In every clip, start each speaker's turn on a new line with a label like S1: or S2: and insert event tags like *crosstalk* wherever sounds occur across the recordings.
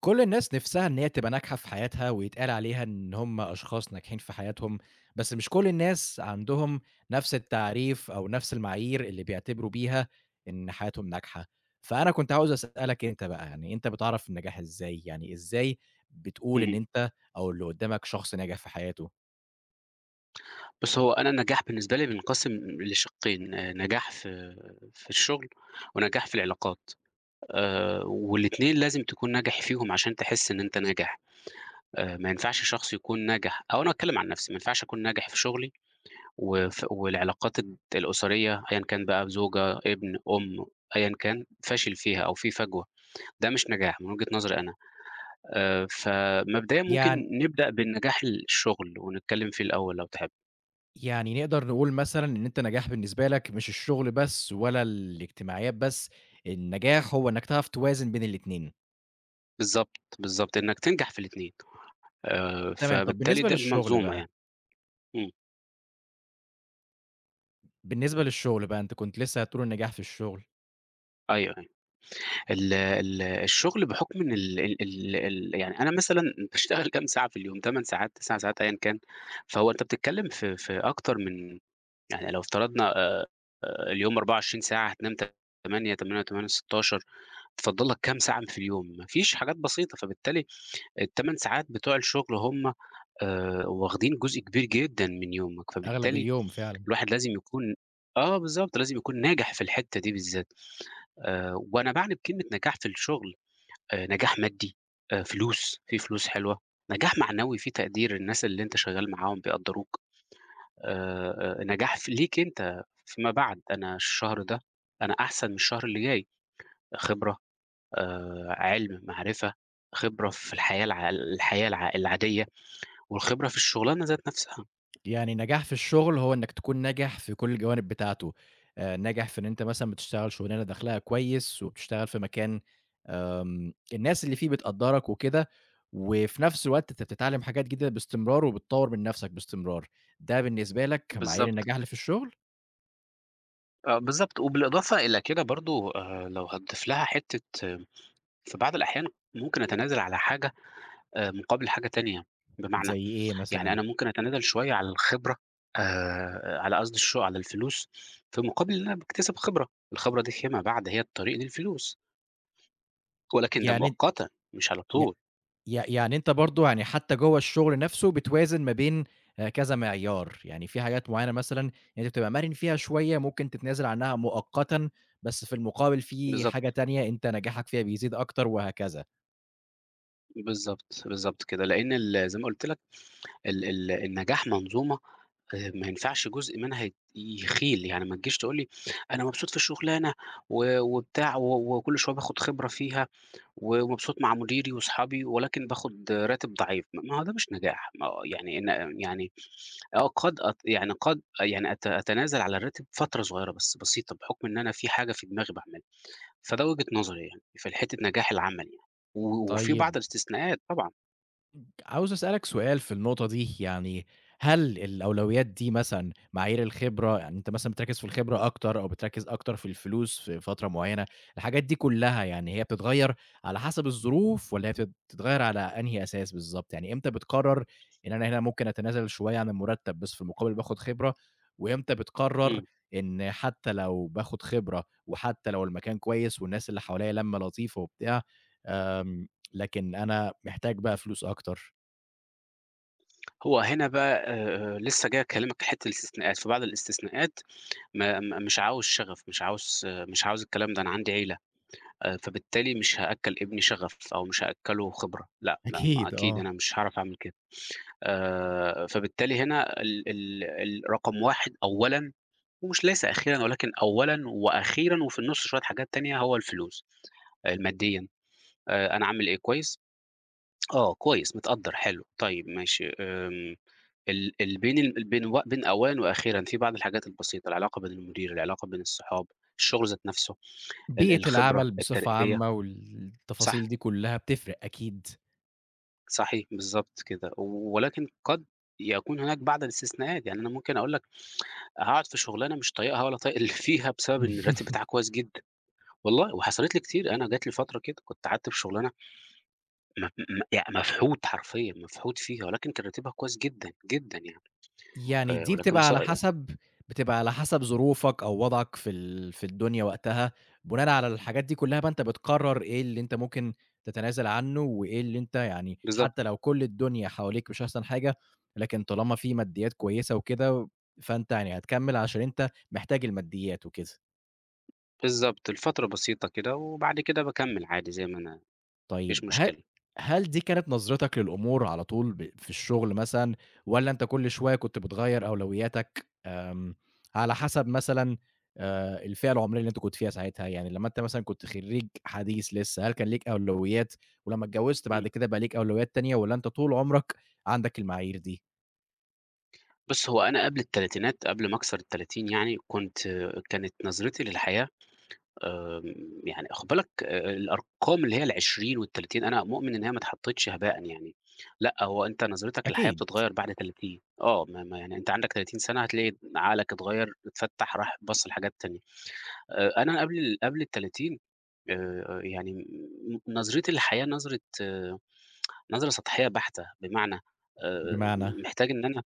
S1: كل الناس نِفْسها إن هي تبقى ناجحة في حياتها ويتقال عليها إن هم أشخاص ناجحين في حياتهم، بس مش كل الناس عندهم نَفْس التعريف أو نَفْس المعايير اللي بيعتبروا بيها إن حياتهم ناجحة. فأنا كنت عاوز أسألك أنت بقى، يعني أنت بتعرف النجاح إزاي؟ يعني إزاي بتقول إن
S2: اهم.
S1: أنت أو اللي قُدّامك شخص ناجح في حياته؟
S2: بُص، هو أنا النجاح بالنسبة لي بينقسم لشقين، نجاح في الشغل ونجاح في العلاقات، والاتنين لازم تكون ناجح فيهم عشان تحس إن أنت ناجح. ما ينفعش شخص يكون ناجح، أو أنا هاتكلم عن نفسي، ما ينفعش أكون ناجح في شغلي وف والعلاقات الأسرية، أيًا كان بقى زوجة، ابن، أم، أيًا كان، فاشل فيها أو في فجوة، ده مش نجاح من وجهة نظري أنا. فمبدئيًا ممكن
S1: يعني
S2: نبدأ بالنجاح الشغل ونتكلم فيه الأول لو تحب.
S1: يعني نقدر نقول مثلًا إن أنت نجاح بالنسبة لك مش الشغل بس ولا الاجتماعيات بس، النجاح هو إنّك تعرف توازن بين الاتنين.
S2: بالضبط، بالضبط، إنّك تنجح في الاتنين.
S1: تمام، طَب
S2: فبالتالي
S1: بالنسبة
S2: ده
S1: للشغل
S2: منظومة
S1: بقى
S2: يعني. إمم،
S1: بالنسبة للشغل بقى، أنت كنت لسه هتقول النجاح في الشغل.
S2: أيوه، أيوه، ال الشغل بحكم إن ال ال ال ال يعني أنا مثلًا باشتغل كام ساعة في اليوم؟ 8 ساعات، 9 ساعات أيًا كان، فهو أنت بتتكلّم في أكتر من، يعني لو افترضنا، اليوم 24 ساعة، هتنام 8، 8، 8، 16، اتفضّل لك كام ساعة في اليوم؟ ما فيش حاجات بسيطة. فبالتالي ال8 ساعات بتوع الشغل هم، واخدين جزء كبير جدًا من يومك.
S1: أغلب
S2: فبالتالي
S1: اليوم فعلًا.
S2: الواحد لازم يكون. آه، بالضبط، لازم يكون ناجح في الحتّة دي بالذات. وأنا باعني بكلمة نجاح في الشغل، نجاح مادي، فلوس، في فلوس حلوة، نجاح معنوي في تقدير الناس اللي أنت شغّال معاهم بيقدّروك، نجاح ليك أنت فيما بعد، أنا الشهر ده أنا أحسن من الشهر اللي جاي، خبرة، علم، معرفة، خبرة في الحياة العادية، والخبرة في الشغلانة ذات نَفْسها.
S1: يعني نجاح في الشغل هو إنك تكون ناجح في كل الجوانب بتاعته، ناجح في إن أنت مثلًا بتشتغل شغلانة دخلها كويس، وبتشتغل في مكان الناس اللي فيه بتقدّرك وكده، وفي نفس الوقت أنت بتتعلم حاجات جديدة باستمرار، وبتطوّر من نفسك باستمرار. ده بالنسبة لك معايير
S2: بالضبط.
S1: النجاح اللي في الشغل؟
S2: آه، بالضبط، وبالإضافة إلى كده برضه، لو هتضيف لها حتّة، في بعض الأحيان ممكن أتنازل على حاجة، مقابل حاجة تانية. بمعنى،
S1: زي إيه
S2: يعني
S1: مثلًا؟
S2: أنا ممكن أتنازل شوية على الخبرة، على قصدي على الفلوس في مقابل إن أنا باكتسب خبرة، الخبرة دي فيما بعد هي الطريق للفلوس، ولكن ده
S1: يعني أن
S2: مؤقتًا مش على
S1: ي
S2: طول.
S1: يع يعني أنت برضه يعني حتى جوّه الشغل نفسه بتوازن ما بين كذا معيار، يعني في حاجات معيّنة مثلًا أنت بتبقى مرِن فيها شوية ممكن تتنازل عنها مؤقتًا، بس في المقابل في حاجة
S2: بالضبط،
S1: تانية أنت نجاحك فيها بيزيد أكتر وهكذا.
S2: بالضبط، بالضبط كده، لأن زي ما قُلت لك ال ال النجاح منظومة. ما ينفعش جزء منها يخيل، يعني ما تجيش تقول لي أنا مبسوط في الشغلانة وبتاع وكل شوية باخد خبرة فيها ومبسوط مع مديري وأصحابي، ولكن باخد راتب ضعيف. ما هو ده مش نجاح، ما هو يعني إن، يعني آه، قد أت يعني قد يعني أت أتنازل على الراتب فترة صغيرة بس بسيطة، بحكم إن أنا في حاجة في دماغي باعملها. فده وجهة نظري يعني في حتة نجاح العمل يعني، وفي
S1: طيب،
S2: بعض الاستثناءات طبعًا.
S1: عاوز أسألك سؤال في النقطة دي، يعني هل الأولويات دي مثلًا معايير الخبرة، يعني أنت مثلًا بتركّز في الخبرة أكتر أو بتركّز أكتر في الفلوس في فترة معيّنة، الحاجات دي كلّها يعني هي بتتغيّر على حسب الظروف والّا هي بتتغيّر على أنهي أساس بالضبط؟ يعني إمتى بتقرّر إن أنا هنا ممكن أتنازل شوية عن المُرتّب بس في المقابل باخُد خبرة، وإمتى بتقرّر
S2: إمم،
S1: إن حتّى لو باخُد خبرة وحتّى لو المكان كويس والناس اللي حواليّا لَمّة لطيفة وبتاع، آمم لكن أنا محتاج بقى فلوس أكتر؟
S2: هو هنا بقى، لسه جاي أكلمك في حتة الاستثناءات. في بعض الاستثناءات، ما م مش عاوز شغف، مش عاوز الكلام ده، أنا عندي عيلة. فبالتالي مش هأكّل ابني شغف أو مش هأكّله خبرة، لأ، ما ما
S1: أكيد،
S2: أكيد
S1: آه.
S2: أنا مش هاعرف أعمل كده. فبالتالي هنا ال ال ال رقم 1 أولًا، ومش ليس أخيرًا، ولكن أولًا وأخيرًا وفي النُص شوية حاجات تانية، هو الفلوس. ماديًا. أنا عامل إيه كويس؟ آه، كويس، متقدّر، حلو، طيب ماشي. ال ال بين ال بين و بين أوان وأخيرًا في بعض الحاجات البسيطة، العلاقة بين المدير، العلاقة بين الصحاب، الشغل ذات نفسه،
S1: بيئة
S2: الخبرة،
S1: العمل بصفة
S2: الترقية،
S1: عامة والتفاصيل
S2: صح،
S1: دي كلّها بتفرق أكيد.
S2: صحيح، بالضبط كده. ولكن قد يكون هناك بعض الاستثناءات، يعني أنا ممكن أقول لك هاقعد في شغلانة مش طايقها ولا طايق اللي *laughs* فيها، بسبب إن الراتب بتاعها
S1: *laughs*
S2: كويس جدًا، والله. وحصلت لي كتير، أنا جات لي فترة كده كنت قعدت في شغلانة م م يعني مفحوت حرفيًا، مفحوت فيها، ولكن كان راتبها كويس جدًا، جدًا يعني.
S1: يعني دي
S2: ولكن
S1: بتبقى على حسب بتبقى على حسب ظروفك أو وضعك في في الدنيا وقتها، بناءً على الحاجات دي كلّها بقى أنت بتقرر إيه اللي أنت ممكن تتنازل عنه، وإيه اللي أنت يعني
S2: بالضبط،
S1: حتى لو كل الدنيا حواليك مش أحسن حاجة، لكن طالما في ماديات كويسة وكده، فأنت يعني هتكمّل عشان أنت محتاج الماديات وكده.
S2: بالضبط، لفترة بسيطة كده، وبعد كده باكمّل عادي زي ما أنا، ما
S1: طيب،
S2: فيش
S1: ه
S2: مشكلة.
S1: هل دي كانت نظرتك للأمور على طول في الشغل مثلًا والّا أنت كل شوية كنت بتغيّر أولوياتك آمم، على حسب مثلًا الفئة العمرية اللي أنت كنت فيها ساعتها، يعني لمّا أنت مثلًا كنت خريج حديث لسه، هل كان ليك أولويات ولمّا اتجوزت
S2: إمم.
S1: بعد كده بقى ليك أولويات تانية والّا أنت طول عمرك عندك المعايير دي؟
S2: بُص، هو أنا قبل التلاتينات، قبل ما أكسر ال30 يعني، كانت نظرتي للحياة، آمم، يعني خُد بالك، الأرقام اللي هي ال20 وال30 أنا مؤمن إن هي ما اتحطّتش هباءً يعني، لأ، هو أنت نظرتك للحياة
S1: أكيد،
S2: بتتغيّر بعد 30. ما ما يعني أنت عندك 30 سَنة هتلاقي عقلك اتغيّر، اتفتّح، راح بَص لحاجات تانية. أنا قبل ال30، يعني نظرتي للحياة نظرة سطحية بحتة. بمعنى آآ
S1: بمعنى
S2: محتاج إن أنا،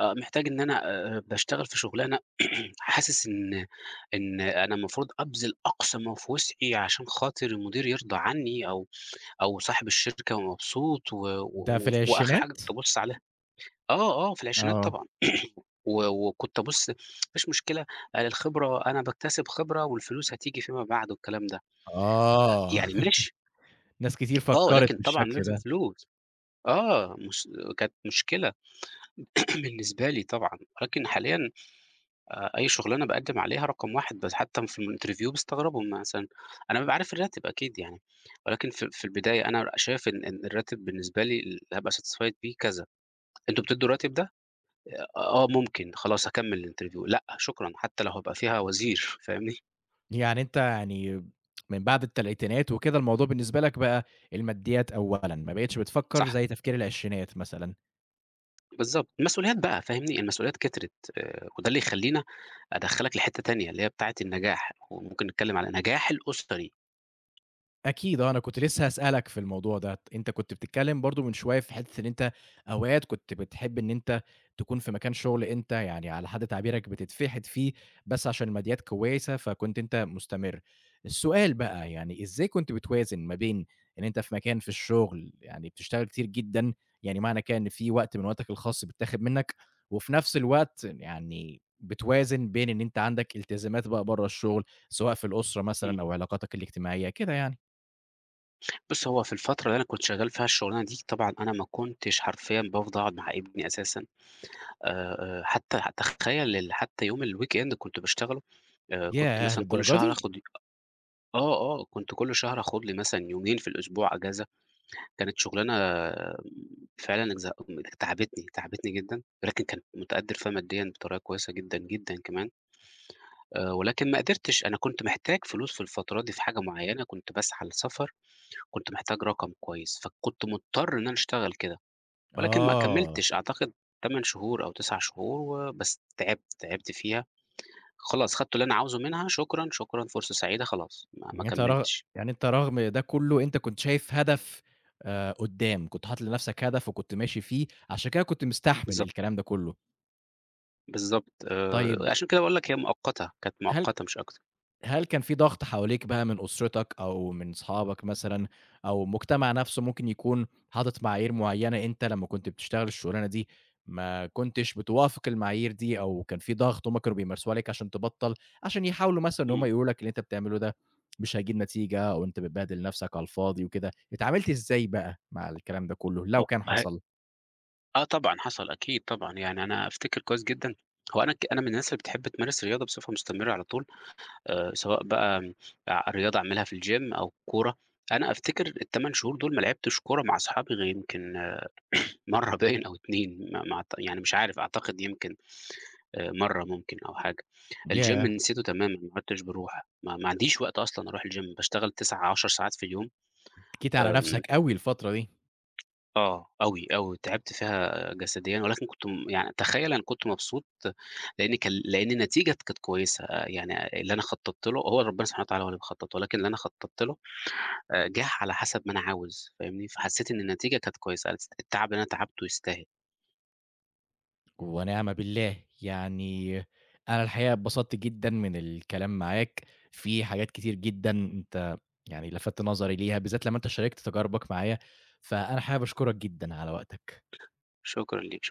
S2: محتاج إن أنا باشتغل في شغلانة *clears throat* حاسس إن أنا المفروض أبذل أقصى ما في وسعي عشان خاطر المدير يرضى عني، أو صاحب الشركة ومبسوط، و
S1: ده
S2: و
S1: في
S2: وف وآخر حاجة
S1: العشرينات؟
S2: كنت أبُص عليها. آه، آه، في العشرينات
S1: آه،
S2: طبعًا. و وكنت أبُص ما فيش مشكلة، الخبرة أنا باكتسب خبرة والفلوس هتيجي فيما بعد والكلام ده،
S1: آه.
S2: يعني
S1: *laughs*
S2: ماشي.
S1: ناس كتير
S2: آه،
S1: فكّرت
S2: لكن طبعًا
S1: بالشكل
S2: لازم
S1: ده.
S2: فلوس، آه، مس كانت مشكلة. *clears throat* بالنسبة لي طبعًا. ولكن حاليًا، أي شغلانة باقدّم عليها رقم 1 بس، حتى في الinterview بيستغربوا مثلًا. أنا بابقى عارف الراتب أكيد يعني، ولكن في البداية أنا شايف إن الراتب بالنسبة لي اللي هابقى satisfied بيه كذا. أنتم بتدّوا الراتب ده؟ آه، ممكن، خلاص هاكمّل الinterview. لأ شكرًا، حتى لو هابقى فيها وزير. فاهمني؟
S1: يعني أنت يعني من بعد التلاتينات وكده الموضوع بالنسبة لك بقى الماديات أولًا، ما بقيتش بتفكّر
S2: صح،
S1: زي تفكير العشرينات مثلًا.
S2: بالضبط. المسؤوليات بقى، فاهمني، المسؤوليات كترت، وده اللي يخلّينا أدخّلك لحتّة تانية اللي هي بتاعة النجاح، وممكن نتكلم على نجاح الأسري.
S1: أكيد، آه، أنا كنت لسه هاسألك في الموضوع ده، أنت كنت بتتكلم برضه من شوية في حتّة إن أنت أوقات كنت بتحب إن أنت تكون في مكان شغل أنت يعني على حد تعبيرك بتتفحت فيه، بس عشان الماديات كويسة فكنت أنت مستمر. السؤال بقى يعني إزاي كنت بتوازن ما بين إن أنت في مكان في الشغل يعني بتشتغل كتير جدًا، يعني معنى كده إن في وقت من وقتك الخاص بيتاخد منّك، وفي نفس الوقت يعني بتوازن بين إن أنت عندك التزامات بقى برّه الشغل، سواء في الأسرة مثلًا
S2: إمم.
S1: أو علاقاتك الاجتماعية، كده يعني؟
S2: بُص، هو في الفترة اللي أنا كنت شغّال فيها الشغلانة دي، طبعًا أنا ما كنتش حرفيًا بافضى أقعد مع ابني أساسًا. حتى حتى تخيّل ال حتى يوم الweekend كنت باشتغله. كنت
S1: ياه!
S2: مثلًا كل
S1: للدرجة
S2: شهر
S1: دي!
S2: آخد آه، آه، كنت كل شهر آخد لي مثلًا يومين في الأسبوع إجازة. كانت شغلانة، فعلًا تعبتني، تعبتني جدًا، ولكن كنت متقدّر فيها ماديًا بطريقة كويسة جدًا، جدًا كمان. ولكن ما قدرتش، أنا كنت محتاج فلوس في الفترة دي في حاجة معيّنة، كنت باسعى لسفر. كنت محتاج رقم كويس، فكنت مضطر إن أنا أشتغل كده، ولكن ما
S1: آه،
S2: كمّلتش، أعتقد 8 شهور أو 9 شهور وبس. تعبت، تعبت فيها، خلاص خدت اللي أنا عاوزه منها. شكرًا، شكرًا، فرصة سعيدة، خلاص ما
S1: يعني أنت رغ
S2: كمّلتش.
S1: يعني أنت رغم ده كله أنت كنت شايف هدف قدّام، كنت حاطط لنفسك هدف وكنت ماشي فيه، عشان كده كنت مستحمل
S2: بالضبط،
S1: الكلام ده كله.
S2: بالضبط،
S1: طيب،
S2: عشان كده باقول لك هي مؤقتة، كانت
S1: هل
S2: مؤقتة مش أكتر.
S1: هل كان في ضغط حواليك بقى من أسرتك أو من صحابك مثلًا أو المجتمع نفسه ممكن يكون حاطط معايير معيّنة أنت لمّا كنت بتشتغل الشغلانة دي ما كنتش بتوافق المعايير دي أو كان في ضغط هم كانوا بيمارسوه عليك عشان تبطّل، عشان يحاولوا مثلًا إن هم
S2: إمم،
S1: يقولوا لك اللي أنت بتعمله ده مش هيجيب نتيجة أو أنت بتبهدل نفسك على الفاضي وكده، اتعاملت إزاي بقى مع الكلام ده كله لو
S2: هو
S1: كان
S2: ه
S1: حصل؟
S2: آه طبعًا حصل أكيد طبعًا، يعني أنا أفتكر كويس جدًا. هو أنا، ك أنا من الناس اللي بتحب تمارس رياضة بصفة مستمرة على طول. سواء بقى رياضة أعملها في الgym أو كورة. أنا أفتكر ال8 شهور دول ما لعبتش كورة مع أصحابي غير يمكن *coughs* *clears throat* مرّة باين أو 2، ما ما أعت يعني مش عارف، أعتقد يمكن، مرّة ممكن أو حاجة. الgym
S1: ياه!
S2: نسيته تمامًا، ما عدتش باروح، ما عنديش وقت أصلًا أروح الgym، باشتغل 9، 10 ساعات في اليوم.
S1: جيت على
S2: آمم
S1: نفسك أوي الفترة دي.
S2: آه، أوي، أوي، تعبت فيها جسديًا، ولكن كنت، يعني تخيل أنا كنت مبسوط لإن النتيجة كانت كويسة. آه، يعني اللي أنا خطّطت له، هو ربنا سبحانه وتعالى هو اللي بيخطّط، ولكن اللي أنا خطّطت له جه على حسب ما أنا عاوز، فاهمني؟ فحسيت إن النتيجة كانت كويسة، التعب اللي أنا تعبته يستاهل.
S1: ونعم بالله، يعني أنا الحقيقة اتبسطت جدًا من الكلام معاك، في حاجات كتير جدًا أنت يعني لفتت نظري ليها، بالذات لمّا أنت شاركت تجاربك معايا، فأنا حابب أشكرك جدًا على وقتك.
S2: شكرًا ليك.